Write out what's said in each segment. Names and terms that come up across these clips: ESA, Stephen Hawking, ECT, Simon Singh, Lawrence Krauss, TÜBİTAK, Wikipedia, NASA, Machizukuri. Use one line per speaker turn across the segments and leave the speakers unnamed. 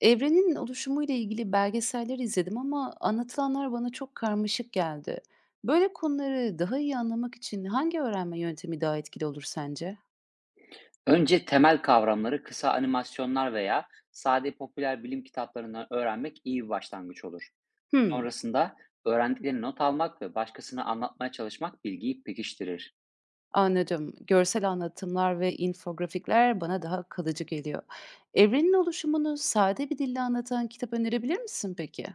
Evrenin oluşumuyla ilgili belgeseller izledim ama anlatılanlar bana çok karmaşık geldi. Böyle konuları daha iyi anlamak için hangi öğrenme yöntemi daha etkili olur sence?
Önce temel kavramları kısa animasyonlar veya sade popüler bilim kitaplarından öğrenmek iyi bir başlangıç olur.
Hmm,
Sonrasında öğrendiklerini not almak ve başkasına anlatmaya çalışmak bilgiyi pekiştirir.
anladım. Görsel anlatımlar ve infografikler bana daha kalıcı geliyor. Evrenin oluşumunu sade bir dille anlatan kitap önerebilir misin peki?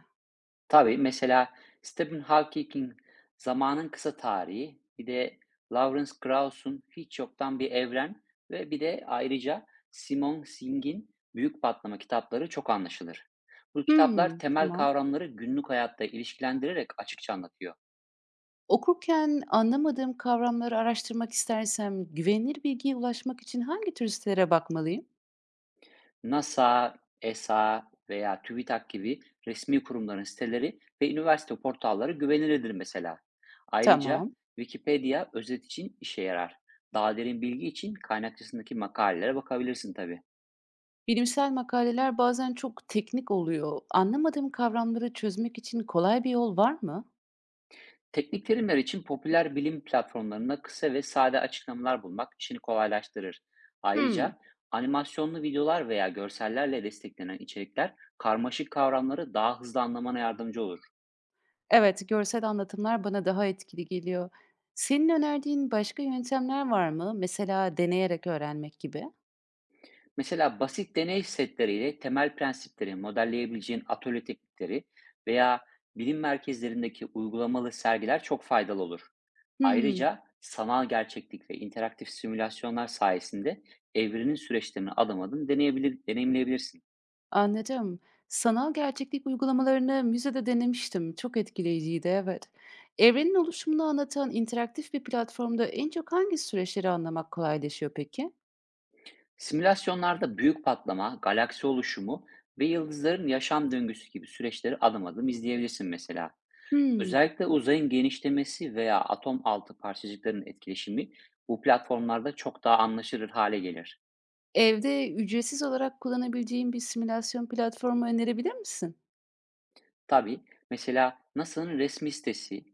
Tabii, mesela Stephen Hawking'in Zamanın Kısa Tarihi, bir de Lawrence Krauss'un Hiç Yoktan Bir Evren ve bir de ayrıca Simon Singh'in Büyük Patlama kitapları çok anlaşılır. Bu kitaplar
Hmm,
temel
tamam.
kavramları günlük hayatta ilişkilendirerek açıkça anlatıyor.
Okurken anlamadığım kavramları araştırmak istersem güvenilir bilgiye ulaşmak için hangi tür sitelere bakmalıyım?
NASA, ESA veya TÜBİTAK gibi resmi kurumların siteleri ve üniversite portalları güvenilirdir mesela. Ayrıca
Tamam.
Wikipedia özet için işe yarar. Daha derin bilgi için kaynakçasındaki makalelere bakabilirsin tabii.
Bilimsel makaleler bazen çok teknik oluyor. Anlamadığım kavramları çözmek için kolay bir yol var mı?
Teknik terimler için popüler bilim platformlarında kısa ve sade açıklamalar bulmak işini kolaylaştırır.
Hmm,
Ayrıca animasyonlu videolar veya görsellerle desteklenen içerikler karmaşık kavramları daha hızlı anlamana yardımcı olur.
evet, görsel anlatımlar bana daha etkili geliyor. Senin önerdiğin başka yöntemler var mı? Mesela deneyerek öğrenmek gibi.
Mesela basit deney setleriyle temel prensipleri modelleyebileceğin atölye teknikleri veya bilim merkezlerindeki uygulamalı sergiler çok faydalı olur.
Hmm,
Ayrıca sanal gerçeklik ve interaktif simülasyonlar sayesinde evrenin süreçlerini adım adım deneyebilir, deneyimleyebilirsin.
anladım. Sanal gerçeklik uygulamalarını müzede denemiştim. Çok etkileyiciydi, evet. Evrenin oluşumunu anlatan interaktif bir platformda en çok hangi süreçleri anlamak kolaylaşıyor peki?
Simülasyonlarda büyük patlama, galaksi oluşumu ve yıldızların yaşam döngüsü gibi süreçleri adım adım izleyebilirsin mesela.
Hmm.
Özellikle uzayın genişlemesi veya atom altı parçacıkların etkileşimi bu platformlarda çok daha anlaşılır hale gelir.
Evde ücretsiz olarak kullanabileceğim bir simülasyon platformu önerebilir misin?
Tabii, mesela NASA'nın resmi sitesi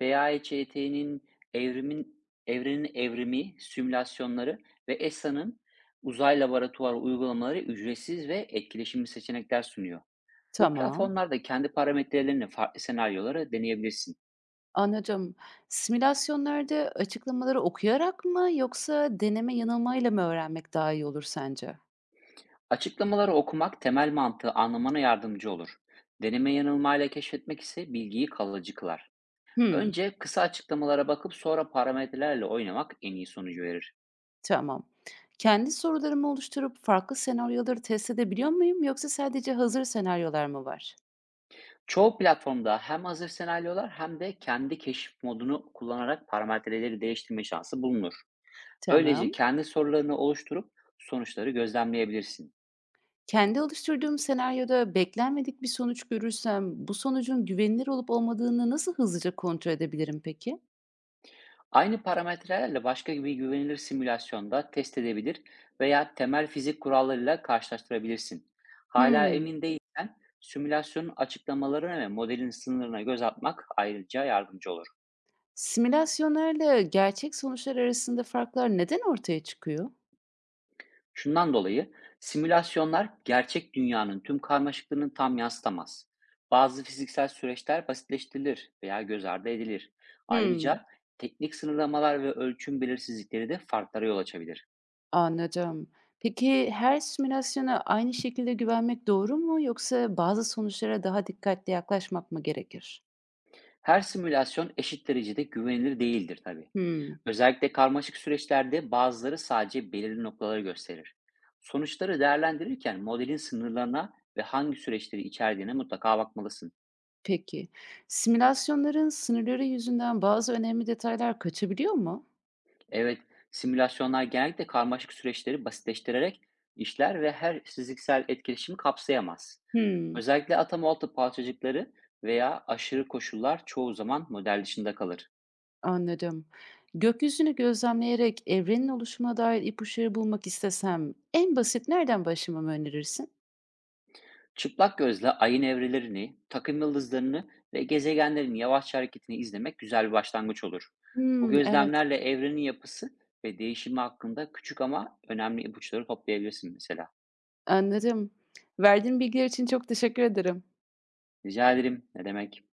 veya ECT'nin evrimi simülasyonları ve ESA'nın uzay laboratuvarı uygulamaları ücretsiz ve etkileşimli seçenekler sunuyor. Bu
Tamam,
platformlarda kendi parametrelerini farklı senaryolara deneyebilirsin.
anladım. Simülasyonlarda açıklamaları okuyarak mı yoksa deneme yanılmayla mı öğrenmek daha iyi olur sence?
Açıklamaları okumak temel mantığı anlamana yardımcı olur. Deneme yanılmayla keşfetmek ise bilgiyi kalıcı kılar.
Hımm,
Önce kısa açıklamalara bakıp sonra parametrelerle oynamak en iyi sonucu verir.
tamam. Kendi sorularımı oluşturup farklı senaryoları test edebiliyor muyum yoksa sadece hazır senaryolar mı var?
Çoğu platformda hem hazır senaryolar hem de kendi keşif modunu kullanarak parametreleri değiştirme şansı bulunur. Böylece
Tamam.
kendi sorularını oluşturup sonuçları gözlemleyebilirsin.
Kendi oluşturduğum senaryoda beklenmedik bir sonuç görürsem bu sonucun güvenilir olup olmadığını nasıl hızlıca kontrol edebilirim peki?
Aynı parametrelerle başka bir güvenilir simülasyonda test edebilir veya temel fizik kurallarıyla karşılaştırabilirsin. Hala
Hımm.
emin değilsen simülasyonun açıklamalarına ve modelin sınırlarına göz atmak ayrıca yardımcı olur.
Simülasyonlarla gerçek sonuçlar arasında farklar neden ortaya çıkıyor?
Şundan dolayı simülasyonlar gerçek dünyanın tüm karmaşıklığını tam yansıtamaz. Bazı fiziksel süreçler basitleştirilir veya göz ardı edilir.
Hmm,
Ayrıca teknik sınırlamalar ve ölçüm belirsizlikleri de farklara yol açabilir.
anladım. Peki her simülasyona aynı şekilde güvenmek doğru mu yoksa bazı sonuçlara daha dikkatli yaklaşmak mı gerekir?
Her simülasyon eşit derecede güvenilir değildir tabii.
Hmm,
Özellikle karmaşık süreçlerde bazıları sadece belirli noktaları gösterir. Sonuçları değerlendirirken modelin sınırlarına ve hangi süreçleri içerdiğine mutlaka bakmalısın.
peki. Simülasyonların sınırları yüzünden bazı önemli detaylar kaçabiliyor mu?
Evet, simülasyonlar genellikle karmaşık süreçleri basitleştirerek işler ve her fiziksel etkileşimi kapsayamaz.
Hmm,
Özellikle atom altı parçacıkları veya aşırı koşullar çoğu zaman model dışında kalır.
anladım. Gökyüzünü gözlemleyerek evrenin oluşumuna dair ipuçları bulmak istesem en basit nereden başlamamı önerirsin?
Çıplak gözle ayın evrelerini, takım yıldızlarını ve gezegenlerin yavaşça hareketini izlemek güzel bir başlangıç olur. Bu
Hmm, evet.
gözlemlerle evrenin yapısı ve değişimi hakkında küçük ama önemli ipuçları toplayabilirsin mesela.
Anladım. Verdiğin bilgiler için çok teşekkür ederim.
Rica ederim. Ne demek?